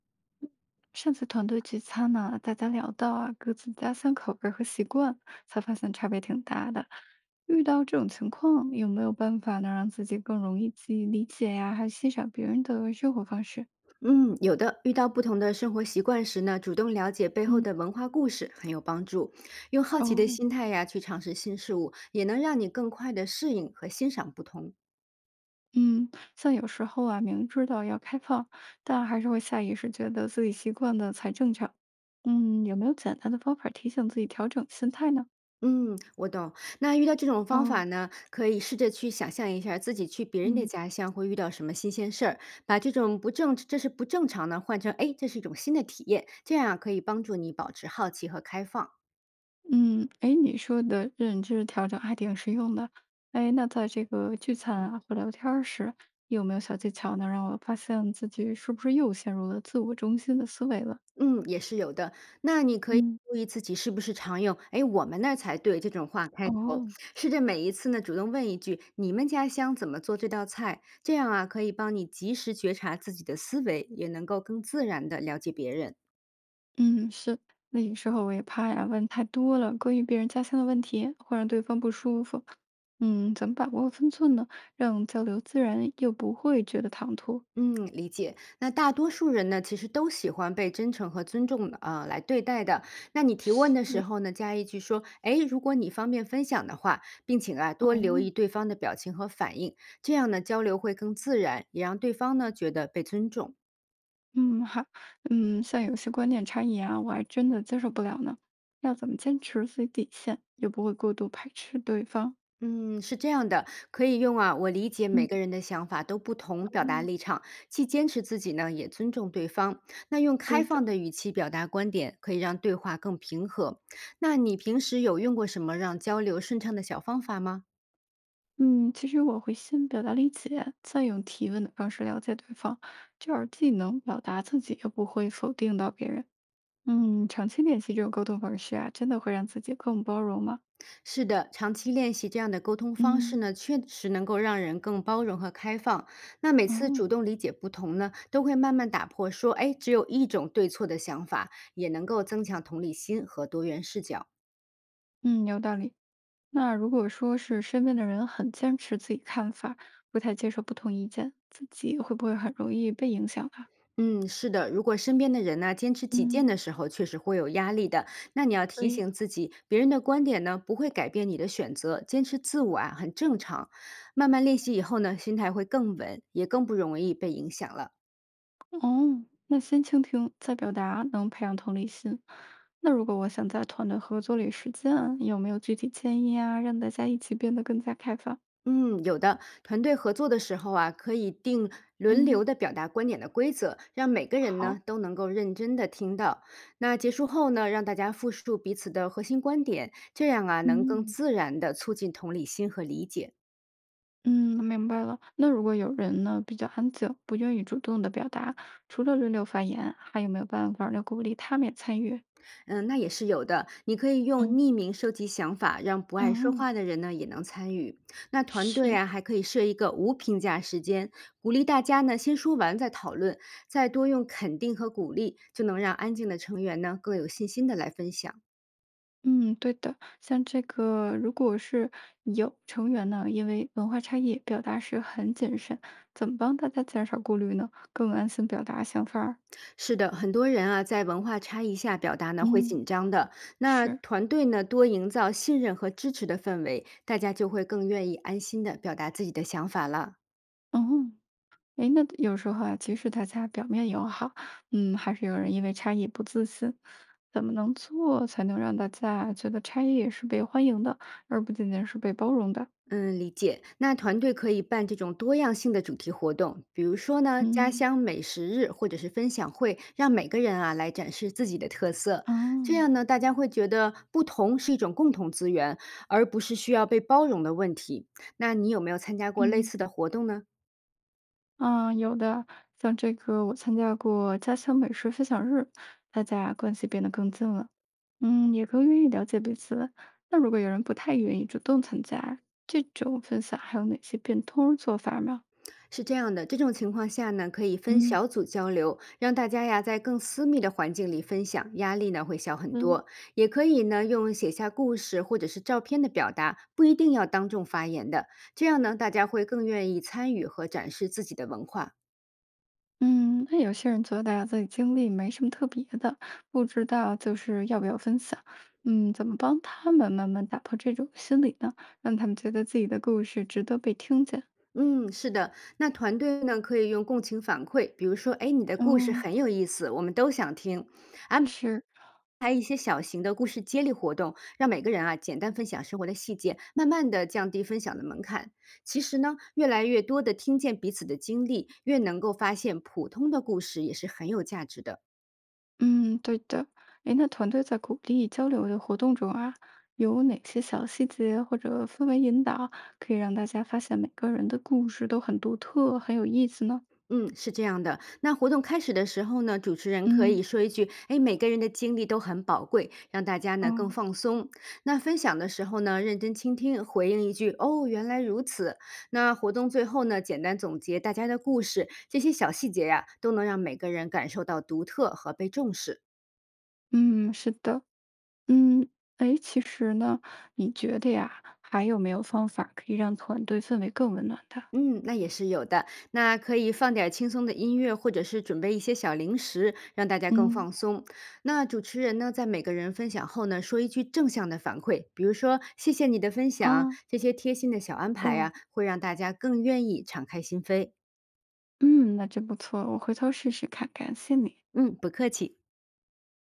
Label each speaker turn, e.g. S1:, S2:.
S1: 上次团队聚餐呢，大家聊到啊各自家乡口味儿和习惯，才发现差别挺大的。遇到这种情况，有没有办法能让自己更容易记忆理解呀，还欣赏别人的生活方式？
S2: 嗯，有的。遇到不同的生活习惯时呢，主动了解背后
S1: 嗯，
S2: 的文化故事很有帮助。用好奇的
S1: 哦，
S2: 心态呀，去尝试新事物，也能让你更快的适应和欣赏不同。
S1: 嗯，像有时候啊，明知道要开放，但还是会下意识觉得自己习惯的才正常。嗯，有没有简单的方法提醒自己调整心态呢？
S2: 嗯，我懂。那遇到这种方法
S1: 哦，
S2: 呢，可以试着去想象一下自己去别人的
S1: 嗯。
S2: 家乡会遇到什么新鲜事儿，把这种不正这是不正常呢换成哎，诶这是一种新的体验，这样啊可以帮助你保持好奇和开放。
S1: 嗯，哎，你说的认知调整还挺实用的。哎，那在这个聚餐啊或聊天儿时，有没有小技巧能让我发现自己是不是又陷入了自我中心的思维了？
S2: 嗯，也是有的。那你可以
S1: 嗯，
S2: 注意自己是不是常用"哎，我们那儿才对"这种话开头，
S1: 哦，
S2: 试着每一次呢主动问一句"你们家乡怎么做这道菜"，这样啊可以帮你及时觉察自己的思维，也能够更自然的了解别人。
S1: 嗯，是。那有时候我也怕呀，问太多了关于别人家乡的问题，会让对方不舒服。嗯，怎么把握分寸呢？让交流自然又不会觉得唐突？
S2: 嗯，理解。那大多数人呢，其实都喜欢被真诚和尊重来对待的。那你提问的时
S1: 是，
S2: 候呢，加一句说："哎，如果你方便分享的话，并且啊多留
S1: 哦，
S2: 意对方的表情和反应，这样呢交流会更自然，也让对方呢觉得被尊重。"
S1: 嗯，好，嗯，像有些观念差异啊，我还真的接受不了呢。要怎么坚持自己底线，又不会过度排斥对方？
S2: 嗯，是这样的，可以用啊。我理解
S1: 嗯，
S2: 每个人的想法都不同，表达
S1: 嗯，
S2: 立场，既坚持自己呢，也尊重对方。那用
S1: 对
S2: 开
S1: 的。
S2: 放的语气表达观点，可以让对话更平和。那你平时有用过什么让交流顺畅的小方法吗？
S1: 嗯，其实我会先表达理解，再用提问的方式了解对方，这样既能表达自己，又不会否定到别人。嗯，长期练习这种沟通方式啊，真的会让自己更包容吗？
S2: 是的，长期练习这样的沟通方
S1: 嗯，
S2: 式呢，确实能够让人更包容和开放。那每次
S1: 哦，
S2: 主动理解不同呢，都会慢慢打破说，哎，只有一种对错的想法，也能够增强同理心和多元视角。
S1: 嗯，有道理。那如果说是身边的人很坚持自己看法，不太接受不同意见，自己会不会很容易被影响啊？
S2: 嗯，是的，如果身边的人呢、坚持己见
S1: 嗯，
S2: 的时候，确实会有压力的。那你要提
S1: 对，
S2: 醒自己，别人的观点呢不会改变你的选择，坚持自我啊很正常。慢慢练习以后呢，心态会更稳，也更不容易被影响了。
S1: 哦，那先倾听再表达，能培养同理心。那如果我想在团队合作里实践，有没有具体建议啊？让大家一起变得更加开放。
S2: 嗯，有的团队合作的时候啊，可以定轮
S1: 嗯，
S2: 流的表达观点的规则，让每个人呢
S1: 好，
S2: 都能够认真的听到。那结束后呢，让大家复述彼此的核心观点，这样啊能更
S1: 嗯，
S2: 自然的促进同理心和理解。
S1: 嗯，明白了。那如果有人呢比较安静，不愿意主动的表达，除了轮流发言，还有没有办法来鼓励他们也参与？
S2: 嗯，那也是有的。你可以用
S1: 嗯。
S2: 匿名收集想法，让不爱说
S1: 嗯。
S2: 话的人呢也能参与。那团队
S1: 是，
S2: 啊，还可以设一个无评价时间，鼓励大家呢先说完再讨论，再多用肯定和鼓励，就能让安静的成员呢更有信心的来分享。
S1: 嗯，对的，像这个，如果是有成员呢，因为文化差异，表达时很谨慎，怎么帮大家减少顾虑呢？更安心表达想法儿。
S2: 是的，很多人啊在文化差异下表达呢会
S1: 嗯，
S2: 紧张的。那
S1: 是，
S2: 团队呢多营造信任和支持的氛围，大家就会更愿意安心的表达自己的想法了。
S1: 嗯，诶，那有时候啊，即使大家表面友好，嗯，还是有人因为差异不自信。怎么能做才能让大家觉得差异也是被欢迎的，而不仅仅是被包容的？
S2: 嗯，理解。那团队可以办这种多样性的主题活动，比如说呢，家
S1: 嗯，
S2: 乡美食日或者是分享会，让每个人啊来展示自己的特色。这
S1: 哦，
S2: 样呢，大家会觉得不同是一种共同资源，而不是需要被包容的问题。那你有没有参加过类
S1: 嗯。
S2: 似的活动呢？
S1: 嗯，有的，像这个我参加过家乡美食分享日，大家关系变得更近了，嗯，也更愿意了解彼此。那如果有人不太愿意主动参加，这种分享还有哪些变通儿做法吗？
S2: 是这样的，这种情况下呢，可以分
S1: 嗯，
S2: 小组交流，让大家呀在更私密的环境里分享，压力呢会小很
S1: 嗯，
S2: 多。也可以呢用写下故事或者是照片的表达，不一定要当众发言的，这样呢大家会更愿意参与和展示自己的文化。
S1: 嗯，那有些人觉得呀，自己经历没什么特别的，不知道就是要不要分享。嗯，怎么帮他们慢慢打破这种心理呢？让他们觉得自己的故事值得被听见。
S2: 嗯，是的，那团队呢可以用共情反馈，比如说，哎，你的故事
S1: 嗯，
S2: 很有意思，我们都想听，安
S1: 是。
S2: 还有一些小型的故事接力活动，让每个人啊简单分享生活的细节，慢慢的降低分享的门槛。其实呢，越来越多的听见彼此的经历，越能够发现普通的故事也是很有价值的。
S1: 嗯，对的。诶，那团队在鼓励交流的活动中啊，有哪些小细节或者氛围引导，可以让大家发现每个人的故事都很独特，很有意思呢？
S2: 嗯，是这样的。那活动开始的时候呢，主持人可
S1: 嗯，
S2: 以说一句："哎，每个人的经历都很宝贵，让大家
S1: 哦，
S2: 呢更放松。"那分享的时候呢，认真倾听，回应一句："哦，原来如此。"那活动最后呢，简单总结大家的故事，这些小细节呀、都能让每个人感受到独特和被重视。
S1: 嗯，是的，嗯，诶，其实呢，你觉得呀，还有没有方法可以让团队氛围更温暖的？
S2: 嗯，那也是有的。那可以放点儿轻松的音乐，或者是准备一些小零食，让大家更
S1: 嗯，
S2: 放松。那主持人呢，在每个人分享后呢，说一句正向的反馈，比如说"谢谢你的分享"，
S1: 啊，
S2: 这些贴心的小安排
S1: 哦，
S2: 啊，会让大家更愿意敞开心扉。
S1: 嗯，那真不错，我回头试试看，感谢你。
S2: 嗯，不客气。